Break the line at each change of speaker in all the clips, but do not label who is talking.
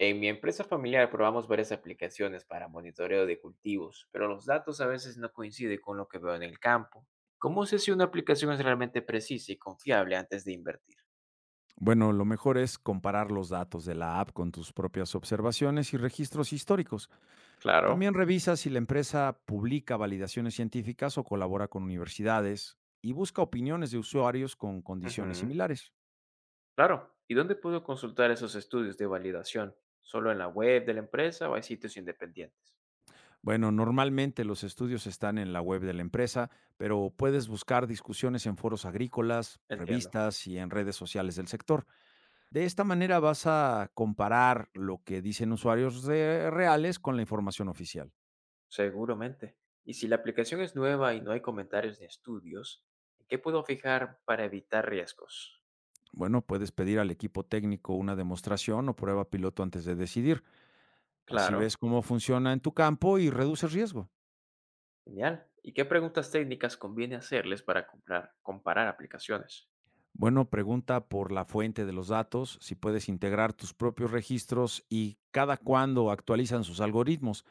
En mi empresa familiar probamos varias aplicaciones para monitoreo de cultivos, pero los datos a veces no coinciden con lo que veo en el campo. ¿Cómo sé si una aplicación es realmente precisa y confiable antes de invertir?
Bueno, lo mejor es comparar los datos de la app con tus propias observaciones y registros históricos.
Claro.
También revisa si la empresa publica validaciones científicas o colabora con universidades y busca opiniones de usuarios con condiciones
Ujú.
similares.
Claro. ¿Y dónde puedo consultar esos estudios de validación? ¿Solo en la web de la empresa o hay sitios independientes?
Bueno, normalmente los estudios están en la web de la empresa, pero puedes buscar discusiones en foros agrícolas,
Entiendo.
revistas y en redes sociales del sector. De esta manera vas a comparar lo que dicen reales con la información oficial.
Seguramente. Y si la aplicación es nueva y no hay comentarios ni estudios, ¿en qué puedo fijar para evitar riesgos?
Bueno, puedes pedir al equipo técnico una demostración o prueba piloto antes de decidir. Así
Claro.
ves cómo funciona en tu campo y reduces riesgo.
Genial. ¿Y qué preguntas técnicas conviene hacerles para comparar aplicaciones?
Bueno, pregunta por la fuente de los datos, si puedes integrar tus propios registros y cada cuándo actualizan sus algoritmos.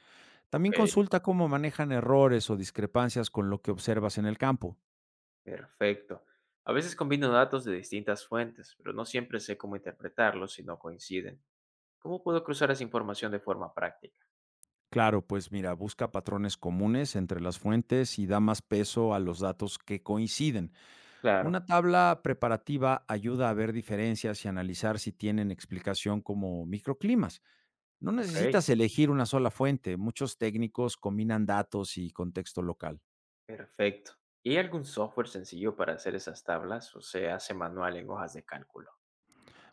Ok.
También consulta cómo manejan errores o discrepancias con lo que observas en el campo.
Perfecto. A veces combino datos de distintas fuentes, pero no siempre sé cómo interpretarlos si no coinciden. ¿Cómo puedo cruzar esa información de forma práctica?
Claro, pues mira, busca patrones comunes entre las fuentes y da más peso a los datos que coinciden.
Claro,
Una tabla preparativa ayuda a ver diferencias y analizar si tienen explicación como microclimas. No
ok,
necesitas elegir una sola fuente, muchos técnicos combinan datos y contexto local.
perfecto. ¿Y hay algún software sencillo para hacer esas tablas o se hace manual en hojas de cálculo?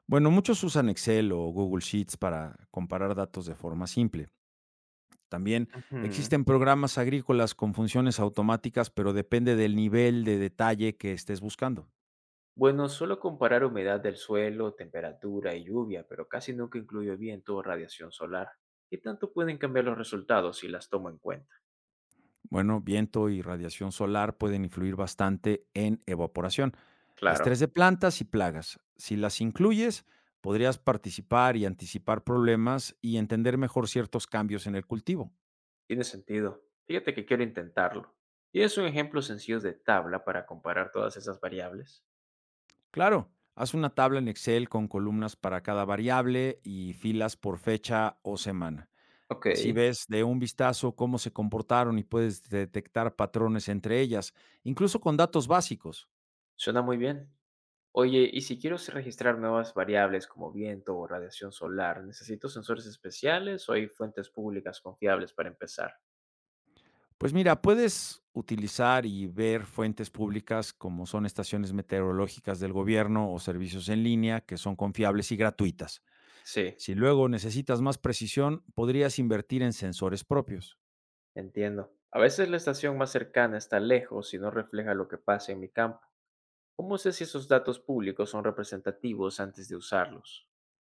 Bueno, muchos usan Excel o Google Sheets para comparar datos de forma simple. También
Ujú.
existen programas agrícolas con funciones automáticas, pero depende del nivel de detalle que estés buscando.
Bueno, suelo comparar humedad del suelo, temperatura y lluvia, pero casi nunca incluyo viento o radiación solar. ¿Qué tanto pueden cambiar los resultados si las tomo en cuenta?
Bueno, viento y radiación solar pueden influir bastante en evaporación, estrés
Claro,
de plantas y plagas. Si las incluyes, podrías participar y anticipar problemas y entender mejor ciertos cambios en el cultivo.
tiene sentido. Fíjate que quiero intentarlo. ¿Tienes un ejemplo sencillo de tabla para comparar todas esas variables?
Claro, haz una tabla en Excel con columnas para cada variable y filas por fecha o semana.
Ok,
Así ves de un vistazo cómo se comportaron y puedes detectar patrones entre ellas, incluso con datos básicos.
suena muy bien. Oye, y si quiero registrar nuevas variables como viento o radiación solar, ¿necesito sensores especiales o hay fuentes públicas confiables para empezar?
Pues mira, puedes utilizar y ver fuentes públicas como son estaciones meteorológicas del gobierno o servicios en línea que son confiables y gratuitas.
Sí.
Si luego necesitas más precisión, podrías invertir en sensores propios.
Entiendo. A veces la estación más cercana está lejos y no refleja lo que pasa en mi campo. ¿Cómo sé si esos datos públicos son representativos antes de usarlos?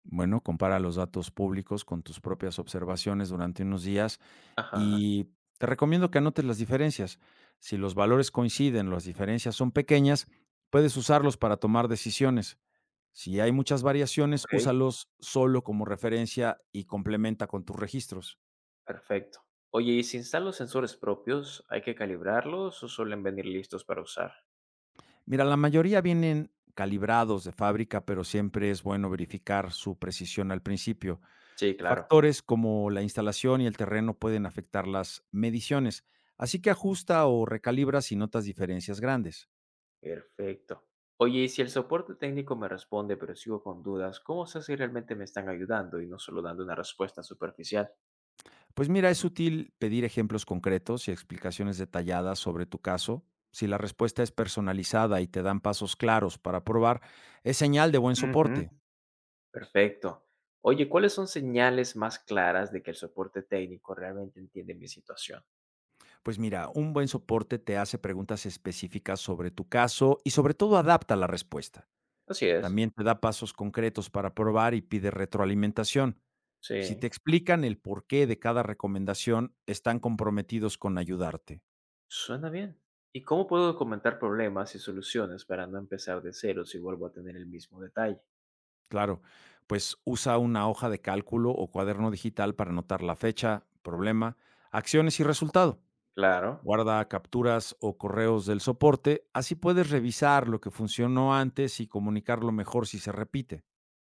Bueno, compara los datos públicos con tus propias observaciones durante unos días
Ajá,
y te recomiendo que anotes las diferencias. Si los valores coinciden, las diferencias son pequeñas, puedes usarlos para tomar decisiones. Si hay muchas variaciones,
ok,
úsalos solo como referencia y complementa con tus registros.
perfecto. Oye, ¿y si instalo sensores propios, hay que calibrarlos o suelen venir listos para usar?
Mira, la mayoría vienen calibrados de fábrica, pero siempre es bueno verificar su precisión al principio.
Sí, claro.
Factores como la instalación y el terreno pueden afectar las mediciones, así que ajusta o recalibra si notas diferencias grandes.
Perfecto. Oye, y si el soporte técnico me responde pero sigo con dudas, ¿cómo sé si realmente me están ayudando y no solo dando una respuesta superficial?
Pues mira, es útil pedir ejemplos concretos y explicaciones detalladas sobre tu caso. Si la respuesta es personalizada y te dan pasos claros para probar, es señal de buen
Ujú.
soporte.
Perfecto. Oye, ¿cuáles son señales más claras de que el soporte técnico realmente entiende mi situación?
Pues mira, un buen soporte te hace preguntas específicas sobre tu caso y sobre todo adapta la respuesta.
Así es.
También te da pasos concretos para probar y pide retroalimentación. Si te
Sí,
explican el porqué de cada recomendación, están comprometidos con ayudarte.
suena bien. ¿Y cómo puedo documentar problemas y soluciones para no empezar de cero si vuelvo a tener el mismo detalle?
Claro, pues usa una hoja de cálculo o cuaderno digital para anotar la fecha, problema, acciones y resultado.
Claro.
Guarda capturas o correos del soporte, así puedes revisar lo que funcionó antes y comunicarlo mejor si se repite.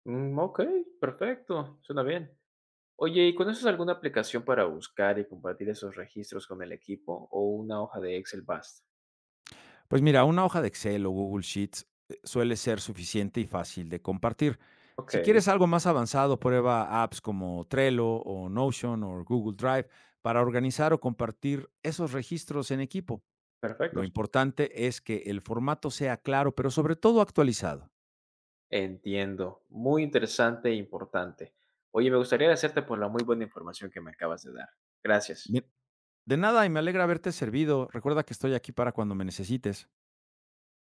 Mm, ok, perfecto, suena bien. Oye, ¿y conoces alguna aplicación para buscar y compartir esos registros con el equipo o una hoja de Excel basta?
Pues mira, una hoja de Excel o Google Sheets suele ser suficiente y fácil de compartir.
Ok,
Si quieres algo más avanzado, prueba apps como Trello o Notion o Google Drive para organizar o compartir esos registros en equipo.
perfecto.
Lo importante es que el formato sea claro, pero sobre todo actualizado.
Entiendo, muy interesante e importante. Oye, me gustaría agradecerte por la muy buena información que me acabas de dar. Gracias.
Bien. De nada y me alegra haberte servido. Recuerda que estoy aquí para cuando me necesites.